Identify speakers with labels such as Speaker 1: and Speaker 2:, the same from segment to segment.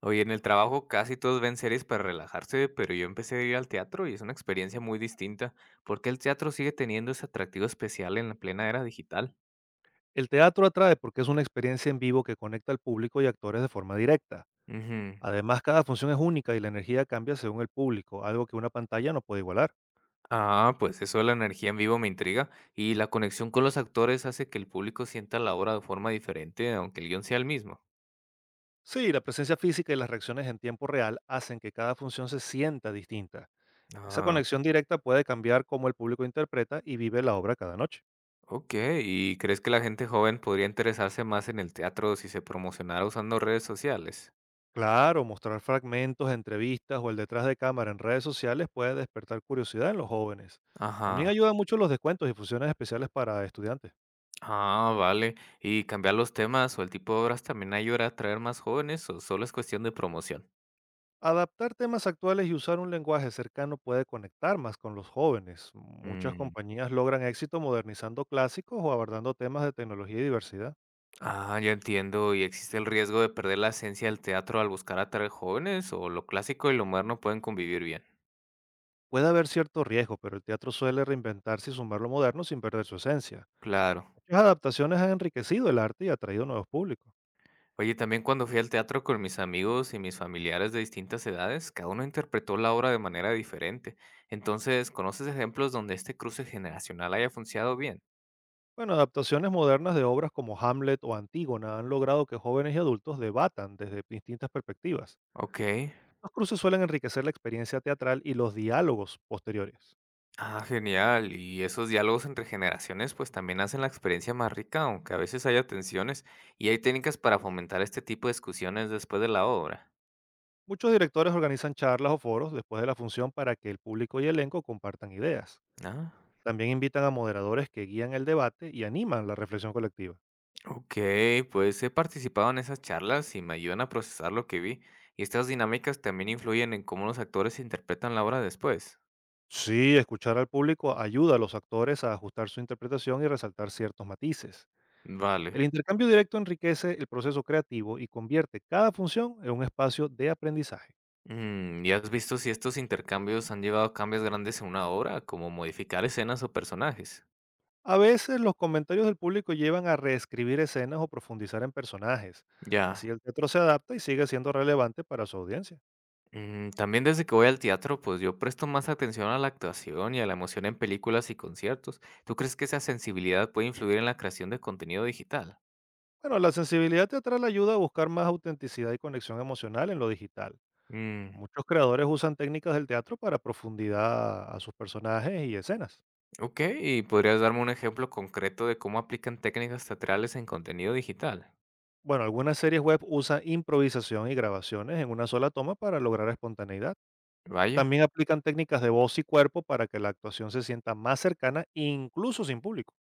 Speaker 1: Oye, en el trabajo casi todos ven series para relajarse, pero yo empecé a ir al teatro y es una experiencia muy distinta. ¿Por qué el teatro sigue teniendo ese atractivo especial en la plena era digital?
Speaker 2: El teatro atrae porque es una experiencia en vivo que conecta al público y actores de forma directa.
Speaker 1: Ujú.
Speaker 2: Además, cada función es única y la energía cambia según el público, algo que una pantalla no puede igualar.
Speaker 1: Pues eso de la energía en vivo me intriga y la conexión con los actores hace que el público sienta la obra de forma diferente, aunque el guión sea el mismo.
Speaker 2: Sí, la presencia física y las reacciones en tiempo real hacen que cada función se sienta distinta. Esa
Speaker 1: Ah,
Speaker 2: conexión directa puede cambiar cómo el público interpreta y vive la obra cada noche.
Speaker 1: ok. ¿Y crees que la gente joven podría interesarse más en el teatro si se promocionara usando redes sociales?
Speaker 2: Claro, mostrar fragmentos, entrevistas o el detrás de cámara en redes sociales puede despertar curiosidad en los jóvenes. También
Speaker 1: Ajá.
Speaker 2: ayuda mucho los descuentos y funciones especiales para estudiantes.
Speaker 1: Ah, vale. ¿Y cambiar los temas o el tipo de obras también ayuda a atraer más jóvenes o solo es cuestión de promoción?
Speaker 2: Adaptar temas actuales y usar un lenguaje cercano puede conectar más con los jóvenes. Muchas
Speaker 1: Mm.
Speaker 2: compañías logran éxito modernizando clásicos o abordando temas de tecnología y diversidad.
Speaker 1: Ya entiendo. ¿Y existe el riesgo de perder la esencia del teatro al buscar atraer jóvenes o lo clásico y lo moderno pueden convivir bien?
Speaker 2: Puede haber cierto riesgo, pero el teatro suele reinventarse y sumar lo moderno sin perder su esencia.
Speaker 1: Claro.
Speaker 2: Muchas adaptaciones han enriquecido el arte y atraído nuevos públicos.
Speaker 1: Oye, también cuando fui al teatro con mis amigos y mis familiares de distintas edades, cada uno interpretó la obra de manera diferente. Entonces, ¿conoces ejemplos donde este cruce generacional haya funcionado bien?
Speaker 2: Bueno, adaptaciones modernas de obras como Hamlet o Antígona han logrado que jóvenes y adultos debatan desde distintas perspectivas.
Speaker 1: Ok.
Speaker 2: Los cruces suelen enriquecer la experiencia teatral y los diálogos posteriores.
Speaker 1: Ah, genial. Y esos diálogos entre generaciones pues también hacen la experiencia más rica, aunque a veces haya tensiones y hay técnicas para fomentar este tipo de discusiones después de la obra.
Speaker 2: Muchos directores organizan charlas o foros después de la función para que el público y elenco compartan ideas.
Speaker 1: Ah,
Speaker 2: También invitan a moderadores que guían el debate y animan la reflexión colectiva.
Speaker 1: ok, pues he participado en esas charlas y me ayudan a procesar lo que vi. Y estas dinámicas también influyen en cómo los actores interpretan la obra después.
Speaker 2: Sí, escuchar al público ayuda a los actores a ajustar su interpretación y resaltar ciertos matices.
Speaker 1: Vale.
Speaker 2: El intercambio directo enriquece el proceso creativo y convierte cada función en un espacio de aprendizaje.
Speaker 1: ¿Y has visto si estos intercambios han llevado a cambios grandes en una obra, como modificar escenas o personajes?
Speaker 2: A veces los comentarios del público llevan a reescribir escenas o profundizar en personajes. Así
Speaker 1: Ya.
Speaker 2: el teatro se adapta y sigue siendo relevante para su audiencia.
Speaker 1: También desde que voy al teatro, pues yo presto más atención a la actuación y a la emoción en películas y conciertos. ¿Tú crees que esa sensibilidad puede influir en la creación de contenido digital?
Speaker 2: Bueno, la sensibilidad teatral ayuda a buscar más autenticidad y conexión emocional en lo digital.
Speaker 1: Mm,
Speaker 2: Muchos creadores usan técnicas del teatro para profundidad a sus personajes y escenas.
Speaker 1: ok, ¿y podrías darme un ejemplo concreto de cómo aplican técnicas teatrales en contenido digital?
Speaker 2: Bueno, algunas series web usan improvisación y grabaciones en una sola toma para lograr espontaneidad.
Speaker 1: Vaya.
Speaker 2: También aplican técnicas de voz y cuerpo para que la actuación se sienta más cercana, incluso sin público.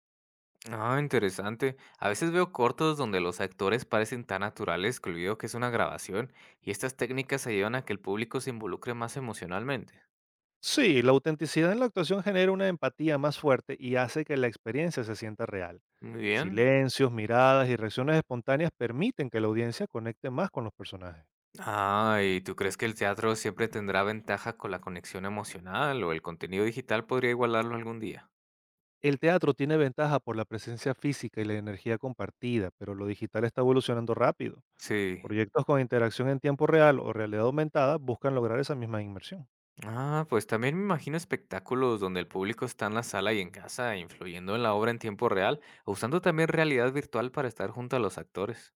Speaker 1: Ah, interesante. A veces veo cortos donde los actores parecen tan naturales que olvido que es una grabación, y estas técnicas ayudan a que el público se involucre más emocionalmente.
Speaker 2: Sí, la autenticidad en la actuación genera una empatía más fuerte y hace que la experiencia se sienta real.
Speaker 1: Muy bien.
Speaker 2: Silencios, miradas y reacciones espontáneas permiten que la audiencia conecte más con los personajes.
Speaker 1: Ah, ¿y tú crees que el teatro siempre tendrá ventaja con la conexión emocional o el contenido digital podría igualarlo algún día?
Speaker 2: El teatro tiene ventaja por la presencia física y la energía compartida, pero lo digital está evolucionando rápido.
Speaker 1: Sí.
Speaker 2: Proyectos con interacción en tiempo real o realidad aumentada buscan lograr esa misma inmersión.
Speaker 1: Pues también me imagino espectáculos donde el público está en la sala y en casa, influyendo en la obra en tiempo real, o usando también realidad virtual para estar junto a los actores.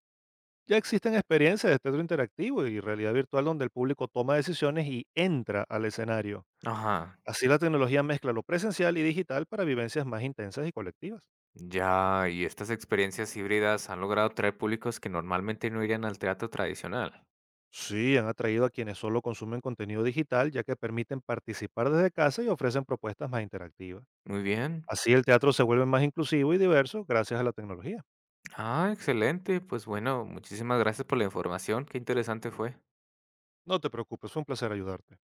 Speaker 2: Ya existen experiencias de teatro interactivo y realidad virtual donde el público toma decisiones y entra al escenario.
Speaker 1: Ajá.
Speaker 2: Así la tecnología mezcla lo presencial y digital para vivencias más intensas y colectivas.
Speaker 1: Ya, y estas experiencias híbridas han logrado traer públicos que normalmente no irían al teatro tradicional.
Speaker 2: Sí, han atraído a quienes solo consumen contenido digital ya que permiten participar desde casa y ofrecen propuestas más interactivas.
Speaker 1: Muy bien.
Speaker 2: Así el teatro se vuelve más inclusivo y diverso gracias a la tecnología.
Speaker 1: Ah, excelente. Pues bueno, muchísimas gracias por la información. Qué interesante fue.
Speaker 2: No te preocupes, fue un placer ayudarte.